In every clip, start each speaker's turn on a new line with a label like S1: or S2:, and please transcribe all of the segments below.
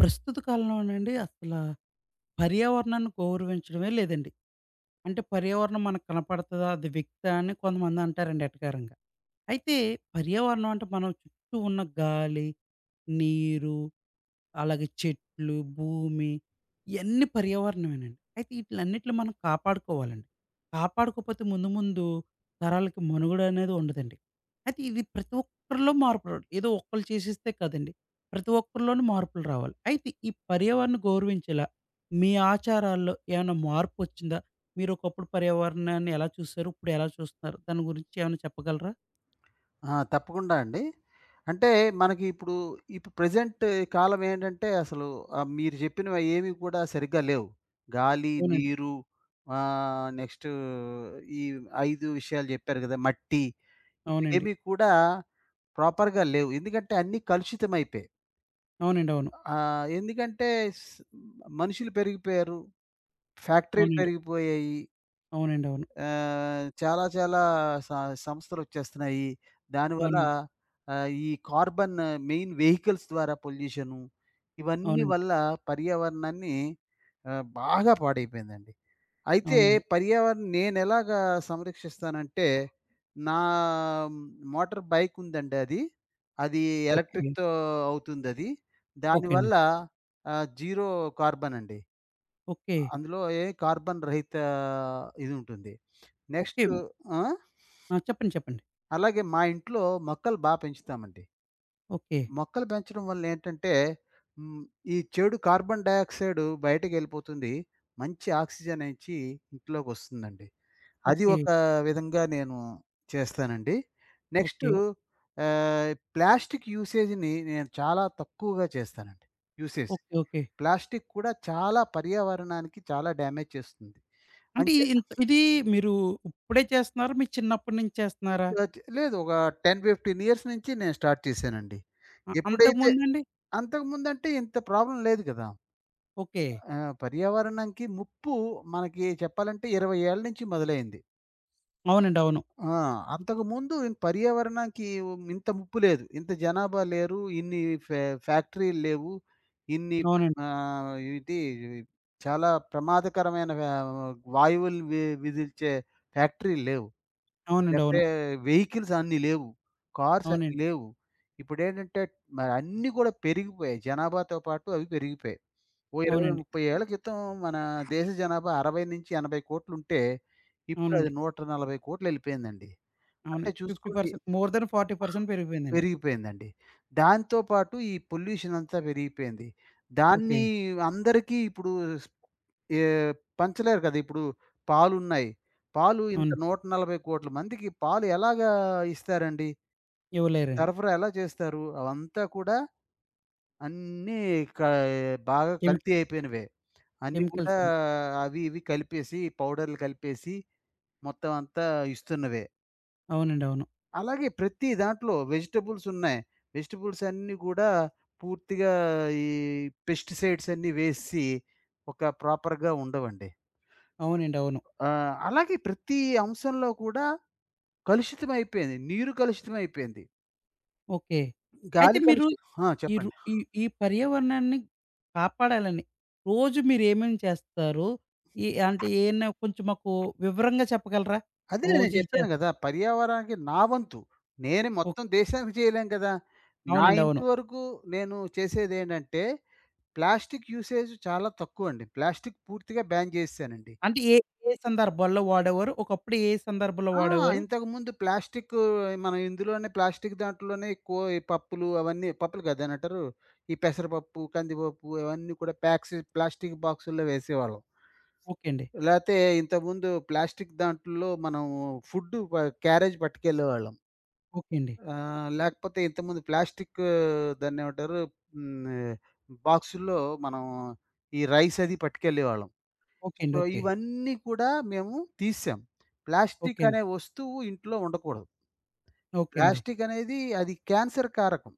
S1: ప్రస్తుత కాలంలోనండి అసలా పర్యావరణాన్ని గౌరవించడమే లేదండి. అంటే పర్యావరణం మనకు కనపడతదా? అది వ్యక్తా? అని కొంతమందంటారండి ఎటకారంగా. అయితే పర్యావరణం అంటే మనం చుట్టూ ఉన్న గాలి, నీరు, అలాగే చెట్లు, భూమి ఇయన్నీ పర్యావరణమేనండి. అయితే ఈటిలన్నిటిని మనం కాపాడుకోవాలండి. కాపాడుకోపోతే ముందు ముందు తరాలకి మనుగడ అనేది ఉండదండి. అయితే ఇది ప్రతి ఒక్కరిలో మార్పు రావాలి. ఏదో ఒక్కళ్ళు చేసేస్తే కాదండి. ప్రతి ఒక్కరిలోనూ మార్పులు రావాలి. అయితే ఈ పర్యావరణాన్ని గౌరవించేలా మీ ఆచారాల్లో ఏమైనా మార్పొచ్చిందా? మీరు ఒకప్పుడు పర్యావరణాన్ని ఎలా చూసారు? ఇప్పుడు ఎలా చూస్తున్నారు? దాని గురించి ఏమైనా చెప్పగలరా?
S2: ఆ! తప్పకుండా అండి. అంటే మనకి ఇప్పుడు, ఇప్పుడు ప్రెజెంట్ కాలం ఏంటంటే అసలు మీరు చెప్పినవి అయేవి కూడా సరిగ్గా లేవు. గాలి,
S1: అవునండి.
S2: నీరు, నెక్స్ట్ ఈ 5 విషయాలు చెప్పారు కదా! మట్టి,
S1: అవునండి.
S2: ఇవేమీ కూడా ప్రాపర్‌గా లేవు. ఎందుకంటే అన్నీ కలుషితమైపోయాయి.
S1: అవునండి. అవును.
S2: ఎందుకంటే స్ మనుషులు పెరిగిపోయారు. ఫ్యాక్టరీలు
S1: అవునండి.
S2: పెరిగిపోయాయి.
S1: అవునండి. అవును.
S2: చాలా చాలా స సంస్థలొచ్చేస్తున్నాయి. దానివల్ల
S1: అవునండి.
S2: ఈ కార్బన్, మెయిన్ వెహికల్స్ ద్వారా పొల్యూషను, ఇవన్నీ
S1: అవునండి.
S2: వల్ల పర్యావరణాన్ని బాగా పాడైపోయిందండి. అయితే
S1: అవునండి.
S2: పర్యావరణం నేనెలాగా సంరక్షిస్తానంటే, నా మోటార్ బైక్ ఉందండి అది. అది
S1: ఓకే.
S2: ఎలక్ట్రిక్‌తో అవుతుందది.
S1: ఓకే అండి.
S2: దానివల్ల జీరో కార్బన్ అండి.
S1: ఓకే.
S2: అందులో ఏ కార్బన్ రహిత ఇది ఉంటుంది. Next
S1: okay.
S2: ఓహ్! ఆ!
S1: ఆ! చెప్పండి. చెప్పండి.
S2: అలాగే మా ఇంట్లో మొక్కలు బా పెంచుతామండి.
S1: ఓకే.
S2: మొక్కలు పెంచడం వల్ల ఏంటంటే, హ్మ్, ఈ చెడు కార్బన్ డయాక్సైడ్ బయటకెళ్ళిపోతుంది. మంచి ఆక్సిజన్ ఇచ్చి ఇంట్లోకొస్తుందండి. అది
S1: ఓకే.
S2: ఒక విధంగా నేను చేస్తానండి. Next
S1: okay.
S2: ప్లాస్టిక్ యూసేజ్‌ని నేను చాలా తక్కువగా చేస్తానండి. యూసేజ్.
S1: ఓకే. ఓకే.
S2: ప్లాస్టిక్ కూడా చాలా పర్యావరణానికి చాలా డ్యామేజ్ చేస్తుంది.
S1: అంటే
S2: అంతే
S1: ఇది ఇంత ఇది మీరు ఇప్పుడే చేస్తున్నారా? మీ చిన్నప్పటి నుంచి చేస్తున్నారా?
S2: అద్ లేదు. ఒక 10, 15 ఇయర్స్ నుంచి నేను స్టార్ట్ చేశానండి.
S1: అంతకు
S2: ఎప్పుడైతే
S1: ముందండి?
S2: అంతకుముందంటే ఇంత ప్రాబ్లమ్ లేదు కదా!
S1: ఓకే.
S2: పర్యావరణంకి ముప్పు మనకి చెప్పాలంటే 20 ఏళ్ల నుంచి మొదలైంది.
S1: అవునండి. అవును.
S2: ఆ! అంతకుముందు పర్యావరణానికి ఇంత ముప్పు లేదు. ఇంత జనాభా లేరు. ఇన్ని ఫ్యా ఫ్యాక్టరీలు లేవు. ఇన్ని
S1: అవునండి.
S2: ఇది చాలా ప్రమాదకరమైన వాయువులు విదిల్చే ఫ్యాక్టరీలు లేవు.
S1: అవునండి.
S2: లేకపోతే
S1: అవును.
S2: వెహికల్స్ అన్నీ లేవు. కార్స్ అన్నీ
S1: అవునండి.
S2: లేవు. ఇప్పుడేంటంటే మరి అన్నీ కూడా పెరిగిపోయాయి. జనాభాతో పాటు అవి పెరిగిపోయాయి. ఓ 20,
S1: అవునండి.
S2: 30 ఏళ్ల క్రితం మన దేశ జనాభా 60-80 కోట్లుంటే, ఇప్పుడు అది
S1: అవునండి.
S2: 140 కోట్లెళ్ళిపోయిందండి. అంటే
S1: అవునండి.
S2: చూసుకోండి,
S1: 50% మోర్ థాన్ 40% పెరిగిపోయిందండి.
S2: పెరిగిపోయిందండి. దాంతో పాటు ఈ పొల్యూషన్ అంతా పెరిగిపోయింది.
S1: ఓకే.
S2: దాన్ని అందరికీ ఇప్పుడు స్ ఏ పంచలేరు కదా! ఇప్పుడు పాలున్నాయి. పాలు ఇంత
S1: అవును.
S2: 140,00,00,000 మందికి పాలు ఎలాగా ఇస్తారండి?
S1: ఇవ్వలేరండి.
S2: సరఫరా ఎలా చేస్తారు? అవంతా కూడా అన్నీ క బాగా
S1: కెమిక
S2: కల్తీ అయిపోయినవే. అన్నీ కూడా
S1: కెమికల్స్ అండి.
S2: అవి ఇవి కలిపేసి పౌడర్‌లు కలిపేసి మొత్తం అంతా ఇస్తున్నవే.
S1: అవునండి. అవును.
S2: అలాగే ప్రతి దాంట్లో వెజిటబుల్స్ ఉన్నాయి. వెజిటబుల్స్ అన్నీ గూడా పూర్తిగా ఈ పెస్టిసైడ్స్ అన్నీ వేసి ఒక ప్రాపర్‌గా ఉండవండి.
S1: అవునండి. అవును.
S2: అలాగే ప్రతి అంశంలో కూడా కలుషితమైపోయింది. నీరు కలుషితమైపోయింది.
S1: ఓకే. అయితే
S2: గాలి
S1: మీరు
S2: కలుషి ఆ!
S1: ఈ రు
S2: చెప్పండి.
S1: ఈ ఈ పర్యావరణాన్ని కాపాడాలని రోజు మీరేమేమి చేస్తారు? ఈ అంటే ఏయన్నా కొంచెం మాకు వివరంగా చెప్పగలరా?
S2: అదే నేను
S1: రోజు ఇది
S2: చెప్పాను
S1: చేస్
S2: గదా! పర్యావరణానికి నా వంతు. నేను
S1: ఓకే.
S2: మొత్తం దేశానికి చేయలేం కదా! నా
S1: అవునండి.
S2: ఇంటి
S1: అవును.
S2: వరకు నేను చేసేదేంటంటే, ప్లాస్టిక్ యూసేజ్ చాలా తక్కువండి. ప్లాస్టిక్ పూర్తిగా బ్యాన్ చేసేసానండి.
S1: అంటే ఏ ఏ సందర్భాల్లో వాడేవారు? ఒకప్పుడు ఏ సందర్భంలో
S2: ఆ!
S1: వాడేవారు?
S2: ఇంతకుముందు ప్లాస్టికు మనం ఇందులోనే ప్లాస్టిక్ దాంట్లోనే ఎక్కువ ఈ పప్పులు అవన్నీ పప్పులు కాదు దాన్నేంటారు? ఈ పెసరపప్పు, కందిపప్పు ఇవన్నీ కూడా ప్యాక్స్ ప్లాస్టిక్ బాక్సుల్లో వేసేవాళ్ళం.
S1: ఓకే అండి.
S2: లేతే ఇంతకుముందు ప్లాస్టిక్ దాంట్లో మనం ఫుడ్డు ప క్యారేజ్ పట్టుకెళ్ళేవాళ్ళం.
S1: ఓకే అండి.
S2: లేకపోతే ఇంతకుముందు ప్లాస్టిక్ దాన్నేమంటారు? హ్మ్. బాక్సుల్లో మనం ఈ రైస్ అది పట్టుకెళ్ళేవాళ్ళం.
S1: ఓకే అండి.
S2: So,
S1: okay.
S2: ఇవన్నీ కూడా మేము తీసేసాం. ప్లాస్టిక్
S1: ఓకే అండి.
S2: అనే వస్తువు ఇంట్లో ఉండకూడదు.
S1: ఓకే అండి.
S2: ప్లాస్టిక్ అనేది అది క్యాన్సర్ కారకం.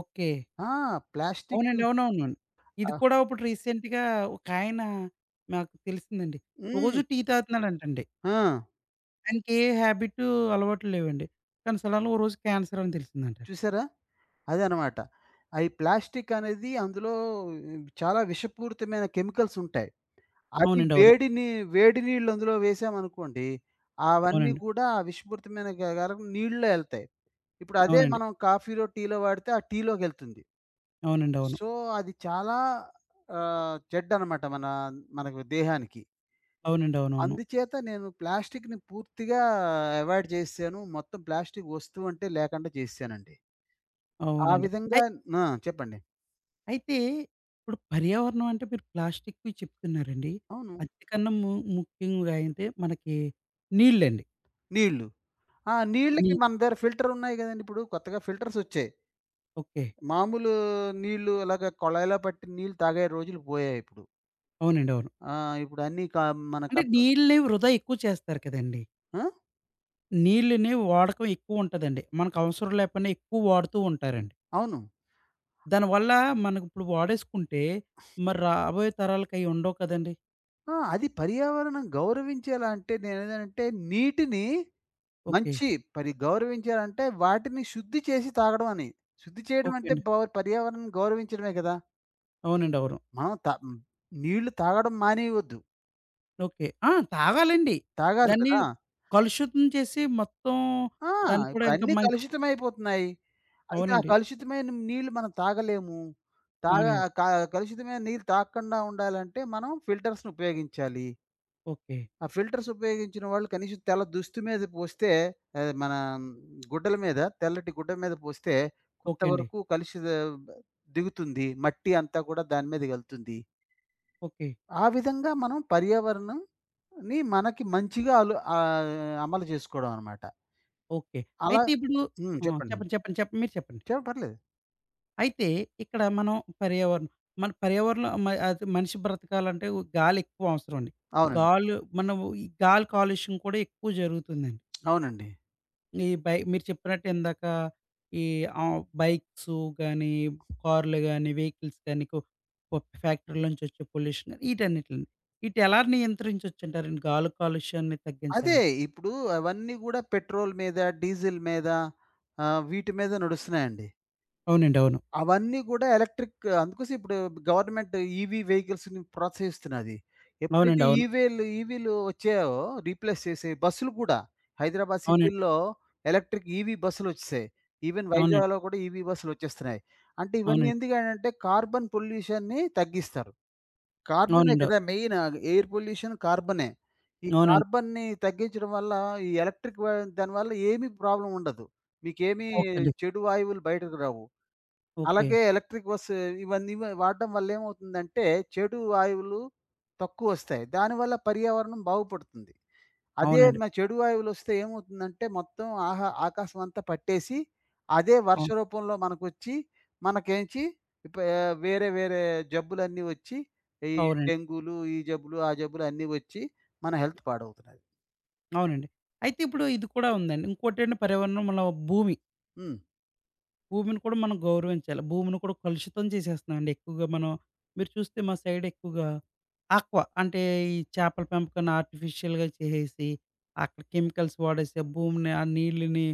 S1: ఓకే.
S2: ఆ! ప్లాస్టిక్కు
S1: అవునండి. అవునవునండి. ఇది
S2: ఆహ్,
S1: కూడా ఇప్పుడు రీసెంట్‌గా ఒకాయన నాకు తెలిసిందండి.
S2: హ్మ్.
S1: రోజు టీ తాగుతున్నాడంటండి.
S2: ఆ!
S1: ఆయనకి ఏ హ్యాబిటు, అలవాట్లు లేవండి. కానీ సడెన్‌గా ఓ రోజు క్యాన్సర్ అని తెలిసిందంటండి.
S2: చూసారా? అదనమాట. అయి ప్లాస్టిక్ అనేది అందులో చాలా విషపూరితమైన కెమికల్స్ ఉంటాయి. అది
S1: అవునండి. అవును.
S2: వేడి నీళ్ళు అందులో వేసామనుకోండి, అవన్నీ
S1: అవునండి.
S2: కూడా ఆ విషపూరితమైన కారకం నీళ్ళలో ఎళ్తాయి. ఇప్పుడు అదే
S1: అవునండి.
S2: మనం కాఫీలో, టీలో వాడితే ఆ టీలోకెళ్తుంది.
S1: అవునండి. అవును.
S2: సో, అది చాలా చెడ్డనమాట మనకు దేహానికి.
S1: అవునండి. అవునవును.
S2: అందుచేత నేను ప్లాస్టిక్‌ని పూర్తిగా అవాయిడ్ చేశాను. మొత్తం ప్లాస్టిక్ వస్తువు అంటే లేకుండా చేసేశానండి. ఆ
S1: అవునండి.
S2: విధంగా
S1: అయి
S2: ఆ! చెప్పండి.
S1: అయితే ఇప్పుడు పర్యావరణం అంటే మీరు ప్లాస్టిక్‌వి చెప్తున్నారండి.
S2: అవును.
S1: అంతకన్నా ముఖ్యంగా అంటే మనకి నీళ్ళండి.
S2: నీళ్ళు. ఆ! నీళ్ళకి
S1: నీ
S2: మన దగ్గర ఫిల్టర్ ఉన్నాయి కదండీ! ఇప్పుడు కొత్తగా ఫిల్టర్స్ వచ్చాయి.
S1: ఓకే.
S2: మామూలు నీళ్ళు అలాగా కొళాయిలో పట్టి నీళ్ళు తాగే రోజులు పోయాయి ఇప్పుడు.
S1: అవునండి. అవును.
S2: ఆ! ఇప్పుడు అన్నీ మన
S1: అంటే
S2: కప్
S1: నీళ్ళని వృధా ఎక్కువ చేస్తారు కదండీ!
S2: ఆ!
S1: నీళ్ళని వాడకం ఎక్కువుంటదండి. మనకు అవసరం లేకపోయినా ఎక్కువ వాడుతూ ఉంటారండి.
S2: అవును.
S1: దానివల్ల మనకిప్పుడు వాడేసుకుంటే, మరి రాబోయే తరాలకి అయి ఉండవు కదండీ!
S2: ఆ! అది పర్యావరణం గౌరవించేలా అంటే నేనేదనంటే నీటిని
S1: ఓకే.
S2: మంచి పరి గౌరవించారంటే వాటిని శుద్ధి చేసి తాగడం అని. శుద్ధి చేయడం
S1: ఓకే
S2: అంటే
S1: అండి.
S2: పవర్ పర్యావరణాన్ని గౌరవించడమే కదా!
S1: అవునండి. అవును.
S2: మనం త హ్మ్. నీళ్లు తాగడం మానేయొద్దు.
S1: ఓకే. ఆ! తాగాలండి.
S2: తాగాలి
S1: దాన్ని
S2: కదా!
S1: కలుషితం చేసి మొత్తం
S2: ఆ!
S1: దాన్ని కూడా
S2: ఇప్పుడు
S1: ఇంకా
S2: అన్నీ
S1: మంచి
S2: కలుషితమైపోతున్నాయి. అయితే ఆ
S1: అవునండి.
S2: కలుషితమైన నీళ్లు మనం తాగలేము. తాగ
S1: అవునండి.
S2: క కలుషితమైన నీళ్ళు తాగకుండా ఉండాలంటే మనం ఫిల్టర్స్‌ని ఉపయోగించాలి.
S1: ఓకే.
S2: ఆ ఫిల్టర్స్ ఉపయోగించిన వాళ్ళు కనీసం తెల్ల దుస్తు మీద పోస్తే అది మన గుడ్డల మీద తెల్లటి గుడ్డ మీద పోస్తే
S1: ఓకే అండి.
S2: కొంతవరకు కలిసి దిగుతుంది. మట్టి అంతా కూడా దాని మీదకెళ్తుంది.
S1: ఓకే.
S2: ఆ విధంగా మనం పర్యావరణంని మనకి మంచిగా అమలు చేసుకోవడం అనమాట.
S1: ఓకే.
S2: అలా
S1: అయితే ఇప్పుడు ఆ!
S2: చెప్పండి.
S1: చెప్పండి. చెప్పండి. చెప్పండి. మీరు చెప్పండి.
S2: చె పర్లేదు.
S1: అయితే ఇక్కడ మనం పర్యావరణం మన పర్యావరణం అది మనిషి బ్రతకాలంటే గాలి ఎక్కువ అవసరం అండి.
S2: అవునండి.
S1: గాలి మనం ఈ గాలి కాలుష్యం కూడా ఎక్కువ జరుగుతుందండి.
S2: అవునండి.
S1: ఈ బై మీరు చెప్పినట్టు ఇందాక ఈ బైక్సు గానీ, కార్లు గానీ, వెహికల్స్ గానీ కు కు ఫ్యాక్టరీల నుంచి వచ్చే పొల్యూషన్ గానీ ఈటన్నిటిలిని. ఈటెలా నియంత్రించొచ్చంటారండి గాలి కాలుష్యాన్ని
S2: అదే
S1: తగ్గించాలని?
S2: ఇప్పుడు అవన్నీ గూడా పెట్రోల్ మీద, డీజిల్ మీద వీటి మీద నడుస్తున్నాయండి.
S1: అవునండి. అవును.
S2: అవన్నీ గూడా ఎలక్ట్రిక్ అందుకోసం ఇప్పుడు గవర్నమెంట్ ఈవీ వెహికల్స్‌ని ప్రోత్సహిస్తున్నది. ఎప్పుడైతే
S1: అవునండి. అవును.
S2: ఈవీలు వచ్చాయో రీప్లేస్ చేసే బస్సులు కూడా హైదరాబాద్
S1: అవునండి.
S2: సిటీల్లో ఎలక్ట్రిక్ ఈవీ బస్సులొచ్చేసాయి. ఈవెన్
S1: అవునండి.
S2: వైజాగ్‌లో కూడా ఈవీ బస్సులొచ్చేస్తున్నాయి. అంటే ఇవన్నీ
S1: అవునండి.
S2: ఎందుకనంటే కార్బన్ పొల్యూషన్‌ని తగ్గిస్తారు. కార్బనే
S1: అవునండి.
S2: కదా! మెయిన్ ఎయిర్ పొల్యూషన్ కార్బనే. ఈ
S1: అవునండి.
S2: కార్బన్‌ని తగ్గించడం వల్ల ఈ ఎలక్ట్రిక్ వ దానివల్ల ఏమి ప్రాబ్లమ్ ఉండదు. మీకేమీ
S1: ఓకే అండి.
S2: చెడు వాయువులు బయటకు రావు.
S1: ఓకే.
S2: అలాగే ఎలక్ట్రిక్ బస్ ఇవన్నీ వాడడం వల్ల ఏమవుతుందంటే, చెడు వాయువులు తక్కువొస్తాయి. దానివల్ల పర్యావరణం బాగుపడుతుంది. అదే
S1: అవునండి.
S2: చెడు వాయువులొస్తే ఏమవుతుందంటే, మొత్తం ఆకాశం అంతా పట్టేసి, అదే వర్ష
S1: అవును.
S2: రూపంలో మనకొచ్చి, మనకేంచి వేరే వేరే జబ్బులన్నీ వచ్చి, ఈ
S1: అవునండి.
S2: డెంగూలు, ఈ జబ్బులు, ఆ జబ్బులు అన్నీ వచ్చి, మన హెల్త్ పాడవుతున్నది.
S1: అవునండి. అయితే ఇప్పుడు ఇది కూడా ఉందండి. ఇంకోటేంటి పర్యావరణం మన భూమి.
S2: హ్మ్.
S1: భూమిని కూడా మనం గౌరవించాలి. భూమిని కూడా కలుషితం చేసేస్తున్నామండి ఎక్కువగా మనం. మీరు చూస్తే మా సైడ్ ఎక్కువగా ఆక్వా అంటే ఈ చేపల పెంపకాన్ని ఆర్టిఫిషియల్‌గా చేసేసి, అక్కడ కెమికల్స్ వాడేసి, ఆ భూమిని ఆ నీళ్ళని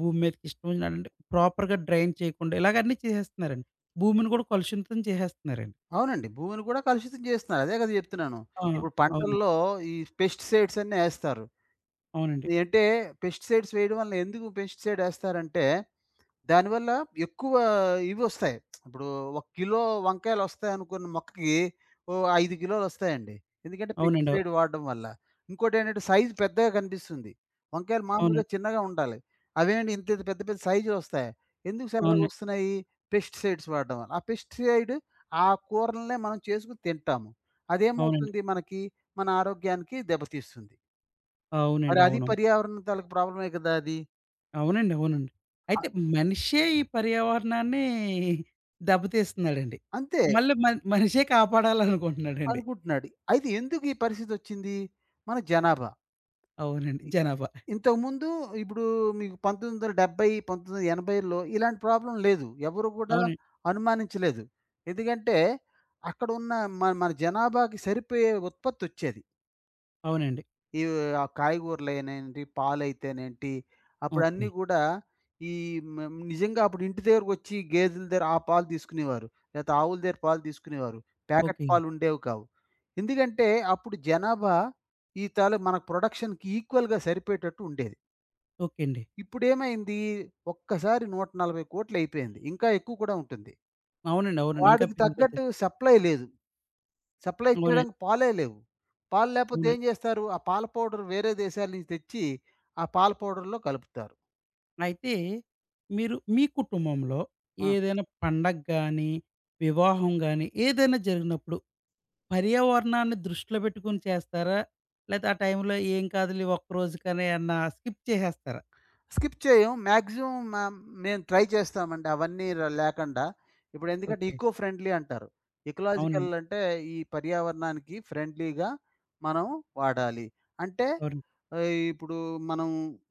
S1: భూమి మీదకి ఇష్టం వచ్చినట్టు ప్రాపర్‌గా డ్రైన్ చేయకుండా ఇలాగ అన్నీ చేసేస్తున్నారండి. భూమిని కూడా కలుషితం చేసేస్తున్నారండి.
S2: అవునండి. భూమిని కూడా కలుషితం చేస్తున్నారు. అదే కదా చెప్తున్నాను.
S1: ఆ!
S2: ఇప్పుడు
S1: అవునండి.
S2: పంటల్లో ఈ పెస్టిసైడ్స్ అన్ని ఏస్తారు.
S1: అవునండి.
S2: అంటే పెస్టిసైడ్స్ వేయడం వల్ల ఎందుకు పెస్టిసైడ్ ఏస్తారంటే, దానివల్ల ఎక్కువ ఇవొస్తాయి. ఇప్పుడు 1 కిలో వంకాయలొస్తాయనుకున్న మొక్కకి, ఓహ్! 5 కిలోలొస్తాయండి. ఎందుకంటే
S1: అవునండి. అవు
S2: పెస్టిసైడ్ వాడడం వల్ల. ఇంకోటేంటంటే సైజు పెద్దగా కనిపిస్తుంది. వంకాయలు
S1: అవునండి.
S2: మామూలుగా
S1: అవును.
S2: చిన్నగా ఉండాలి. అవేంటి ఇంత ఇంత పెద్ద పెద్ద సైజులొస్తాయి. ఎందుకు సార్
S1: అవునండి.
S2: అలాగొస్తున్నాయి? పెస్టిసైడ్స్ వాడడం వల్ల. ఆ పెస్టిసైడ్ ఆ కూరలనే మనం చేసుకొని తింటాము.
S1: అవునండి.
S2: అదేమవుతుంది మనకి, మన ఆరోగ్యానికి దెబ్బతీస్తుంది. మరి
S1: అవునండి.
S2: అది
S1: అవును.
S2: పర్యావరణ తాలూకు ప్రాబ్లమే కదా అది.
S1: అవునండి. అవునండి.
S2: అ
S1: అయితే మనిషే ఈ పర్యావరణాన్ని దెబ్బతీస్తున్నాడండి.
S2: అంతే
S1: మళ్ళీ మనిషే కాపాడాలనుకుంటున్నాడండి.
S2: అనుకుంటున్నాడు. అయితే ఎందుకు ఈ పరిస్థితొచ్చింది? మన జనాభా.
S1: అవునండి.
S2: ఇ
S1: జనాభా.
S2: ఇంతకుముందు ఇప్పుడు మీకు 1970, 1980లో ఇలాంటి ప్రాబ్లమ్ లేదు. ఎవరు కూడా
S1: అవునండి.
S2: అనుమానించలేదు. ఎందుకంటే అక్కడున్న మన మన జనాభాకి సరిపోయే ఉత్పత్తొచ్చేది.
S1: అవునండి.
S2: ఇవి ఆ కాయగూరలనేంటి, పాలైతేనేంటి,
S1: ఓకే.
S2: అప్పుడన్నీ గూడా ఈ మేం నిజంగా అప్పుడు ఇంటి దగ్గరకొచ్చి గేదెల దగ్గర ఆ పాలు తీసుకునేవారు. లేతే ఆవుల దగ్గర పాలు తీసుకునేవారు. Packet
S1: okay.
S2: పాలుండేవి కావు. ఎందుకంటే అప్పుడు జనాభా ఈ తాలూ మన ప్రొడక్షన్‌కి ఈక్వల్‌గా సరిపోయేటట్టు ఉండేది.
S1: ఓకే అండి.
S2: ఇప్పుడేమైంది ఒక్కసారి 140,00,00,000 అయిపోయింది. ఇంకా ఎక్కువ కూడా ఉంటుంది.
S1: అవునండి. అవునండి. ఇంకా
S2: వాటికి తగ్గట్టు
S1: పెరిగిపోతది.
S2: సప్లై లేదు. సప్లై
S1: అవునండి.
S2: చేయడానికి పాలే లేవు. పాలు లేపోతే ఏం
S1: అవునండి.
S2: జేస్తారు? ఆ పాల పౌడర్ వేరే దేశాల నుంచి తెచ్చి, ఆ పాల పౌడర్‌లో కలుపుతారు.
S1: అయితే మీరు మీ కుటుంబంలో
S2: ఆ!
S1: ఏదైనా పండగ గాని, వివాహం గాని ఏదైనా జరిగినప్పుడు పర్యావరణాన్ని దృష్టిలో పెట్టుకొని చేస్తారా? లేతే ఆ టైంలో ఏం కాదులే ఒక్కరోజుకని అన్న స్కిప్ చేసేస్తారా?
S2: స్కిప్ చేయం. మాక్సిమం మేము ట్రై చేస్తామండి అవన్నీ ర లేకుండా. ఇప్పుడు ఎందుకంటే
S1: ఓకే.
S2: ఇకో ఫ్రెండ్లీ అంటారు. ఇకలాజికల్
S1: అవునండి.
S2: అంటే ఈ పర్యావరణానికి ఫ్రెండ్లీగా మనం వాడాలి. అంటే
S1: అవునండి.
S2: ఇప్పుడు మనం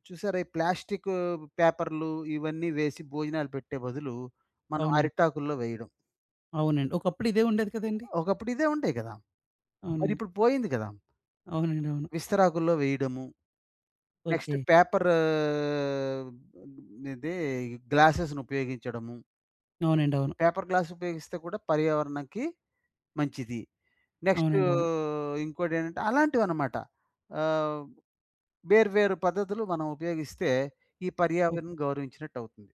S2: చూసారా ఈ ప్లాస్టికు పేపర్‌లు ఇవన్నీ వేసి భోజనాలు పెట్టే బదులు, మనం
S1: అవునండి.
S2: అరిటాకుల్లో వేయడం.
S1: అవునండి. ఒకప్పుడు ఇదే ఉండేది కదండీ!
S2: ఒకప్పుడు ఇదే ఉంటాయి కదా!
S1: అవునండి.
S2: మరిప్పుడు పోయింది కదా!
S1: అవునండి. అవును.
S2: విస్తరాకుల్లో వేయడము, నెక్స్ట్
S1: ఓకే.
S2: పేపర్ ఇది గ్లాసెస్‌ని ఉపయోగించడము.
S1: అవునండి. అవును.
S2: పేపర్ గ్లాస్ ఉపయోగిస్తే కూడా పర్యావరణానికి మంచిది. నెక్స్ట్
S1: అవునండి. అవును.
S2: ఇంకోటేంటంటే అలాంటివన్నమాట. ఆహ్, వేరు వేరు పద్ధతులు మనం ఉపయోగిస్తే ఈ పర్యావరణం
S1: ఓకే.
S2: గౌరవించినట్టవుతుంది.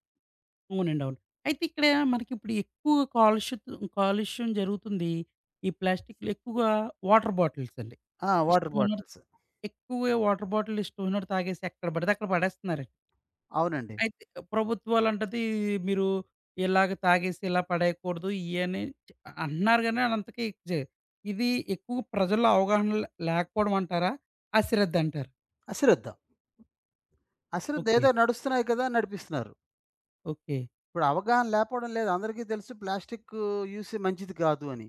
S1: అవునండి. అవును. అయితే ఇక్కడ మనకిప్పుడు ఎక్కువ కాలుష్యం జరుగుతుంది. ఈ ప్లాస్టిక్‌లు ఎక్కువగా వాటర్ బాటిల్స్ అండి.
S2: ఆ! వాటర్
S1: ఇష్టమున్నోడు
S2: బాటిల్స్.
S1: ఎక్కువగా వాటర్ బాటిల్ ఇష్టమున్నోడు తాగేసి ఎక్కడ పడితే అక్కడ పడేస్తున్నారండి.
S2: అవునండి.
S1: అయితే ప్రభుత్వాలంటది మీరు ఇలాగ తాగేసి ఇలా పడేయకూడదు ఇయి అని చె అంటున్నారు గానీ అదంతకీ జె ఇది ఎక్కువ ప్రజల్లో అవగాహన లేకపోవడం అంటారా? అశ్రద్ధ అంటారు.
S2: అశ్రద్ధ. అశ్రద్ధ
S1: ఓకే.
S2: ఏదో నడుస్తున్నాయి కదా! నడిపిస్తున్నారు.
S1: ఓకే.
S2: ఇప్పుడు అవగాహన లేకపోవడం లేదు. అందరికీ తెలుసు ప్లాస్టిక్ యూస్ మంచిది కాదు అని.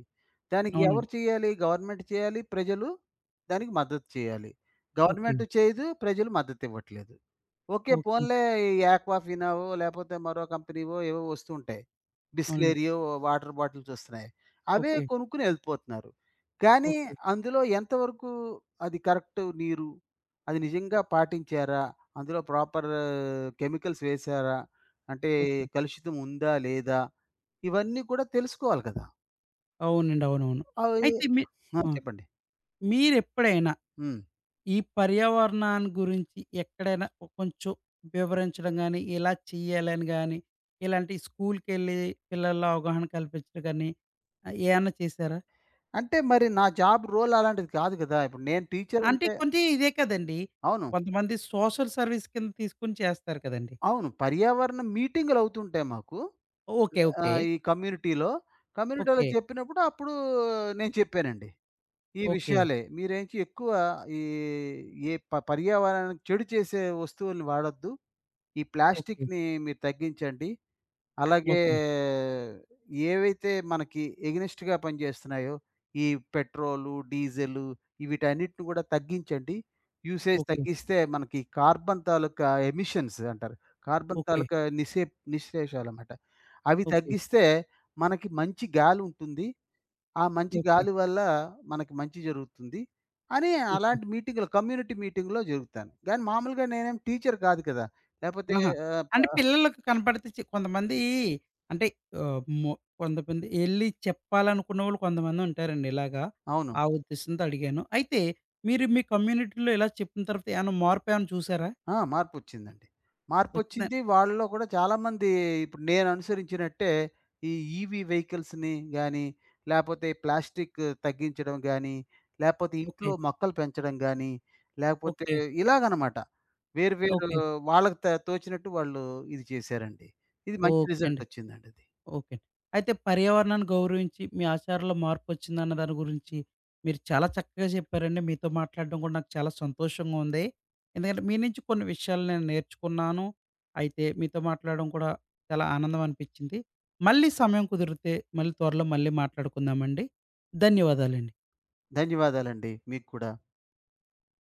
S2: దానికి ఎవరు
S1: అవునండి.
S2: చేయాలి? గవర్నమెంట్ చేయాలి. ప్రజలు దానికి మద్దతు చేయాలి.
S1: ఓకే.
S2: గవర్నమెంట్ చేయదు. ప్రజలు మద్దతివ్వట్లేదు. ఓకే.
S1: ఓకే.
S2: పోన్లే ఈ యాక్వాఫినావో లేపోతే మరో కంపెనీవో ఏవో వస్తుంటాయి.
S1: అవునండి.
S2: బిస్లేరియో వాటర్ బాటిల్స్ వస్తున్నాయి. అవే
S1: ఓకే.
S2: కొనుక్కొని ఎళ్ళిపోతున్నారు. కానీ
S1: ఓకే.
S2: అందులో ఎంతవరకు అది కరెక్ట్ నీరు? అది నిజంగా పాటించారా? అందులో ప్రాపర్ కెమికల్స్ వేశారా? అంటే
S1: ఓకే.
S2: కలుషితం ఉందా? లేదా? ఇవన్నీ కూడా తెలుసుకోవాలి కదా!
S1: అవునండి. అవునవును.
S2: అవి
S1: అయితే మీ
S2: ఆ!
S1: ఆ!
S2: చెప్పండి.
S1: మీరెప్పుడైనా
S2: హ్మ్.
S1: ఈ పర్యావరణాన్ని గురించి ఎక్కడైనా కొంచెం వివరించడం గానీ, ఇలా చేయాలని గానీ, ఇలాంటి స్కూల్‌కెళ్ళి పిల్లల్లో అవగాహన కల్పించడం గానీ, ఏమన్నా చేశారా?
S2: అంటే మరి నా జాబ్ రోల్ అలాంటిది కాదు కదా! ఇప్పుడు నేను టీచర్
S1: అంటే
S2: అంటే
S1: కొంచెం ఇదే కదండీ!
S2: అవును.
S1: కొంతమంది సోషల్ సర్వీస్ కింద తీసుకొని చేస్తారు కదండీ!
S2: అవును. పర్యావరణ మీటింగులవుతుంటాయి మాకు.
S1: ఓకే. ఓకే.
S2: ఈ కమ్యూనిటీలో. కమ్యూనిటీలో
S1: ఓకే.
S2: చెప్పినప్పుడు అప్పుడు నేను చెప్పానండి. ఈ
S1: ఓకే.
S2: విషయాలే. మీరేంచి ఎక్కువ ఈ ఏ ప పర్యావరణానికి చెడు చేసే వస్తువుల్ని వాడొద్దు. ఈ
S1: ఓకే.
S2: ప్లాస్టిక్‌ని మీరు తగ్గించండి. అలాగే
S1: ఓకే.
S2: ఏవైతే మనకి ఎగనెస్ట్‌గా పనిచేస్తున్నాయో, ఈ పెట్రోలు, డీజిలు వీటన్నిటిని కూడా తగ్గించండి. Usage
S1: okay.
S2: తగ్గిస్తే మనకి కార్బన్ తాలూకా ఎమిషన్స్ అంటారు. Carbon
S1: okay.
S2: తాలూకా నిశ్శేషాలన్నమాట. అవి
S1: ఓకే.
S2: తగ్గిస్తే మనకి మంచి గాలి ఉంటుంది. ఆ మంచి
S1: ఓకే.
S2: గాలి వల్ల మనకి మంచి జరుగుతుంది అని
S1: ఓకే.
S2: అలాంటి మీటింగ్‌లో కమ్యూనిటీ మీటింగ్‌లో జరుగుతాను. కానీ మామూలుగా నేనేం టీచర్ కాదు కదా! లేపోతే
S1: ఆహా!
S2: ఆహ్, ప
S1: అంటే పిల్లలకి కనపడితే కొంతమంది అంటే ఆహ్, మొ కొంతమంది ఎళ్లి చెప్పాలనుకున్నోళ్ళు కొంతమందుంటారండి ఇలాగా.
S2: అవును.
S1: ఆ ఉద్దేశంతో అడిగాను. అయితే మీరు మీ కమ్యూనిటీలో ఇలా చెప్పిన తర్వాత ఏమన్నా మార్పేమన్నా చూసారా?
S2: ఆ! మార్పొచ్చిందండి.
S1: వచ్చిందా?
S2: మార్పొచ్చింది. వాళ్ళలో కూడా చాలామంది ఇప్పుడు నేను అనుసరించినట్టే ఈ ఈవీ వెహికల్స్‌ని గానీ, లేపోతే ప్లాస్టిక్ తగ్గించడం గానీ, లేపోతే
S1: ఓకే.
S2: ఇంట్లో మొక్కలు పెంచడం గానీ, లేపోతే
S1: ఓకే.
S2: ఇలాగనమాట. వేరు వేరు
S1: ఓకే.
S2: వాళ్ళకి తోచినట్టు వాళ్ళు ఇది చేశారండి. ఇది మంచి
S1: ఓకే అండి.
S2: రిజల్టొచ్చిందండది.
S1: ఓకే. అయితే పర్యావరణాన్ని గౌరవించి మీ ఆచారాల్లో మార్పొచ్చిందన్న దాని గురించి మీరు చాలా చక్కగా చెప్పారండి. మీతో మాట్లాడడం కూడా నాకు చాలా సంతోషంగా ఉంది. ఎందుకంటే మీ నుంచి కొన్ని విషయాలు నేను నేర్చుకున్నాను. అయితే మీతో మాట్లాడడం కూడా చాలా ఆనందం అనిపించింది. మళ్ళీ సమయం కుదిరితే మళ్ళీ త్వరలో మళ్ళీ మాట్లాడుకుందామండి. ధన్యవాదాలండి.
S2: ధన్యవాదాలండి మీకు కూడా.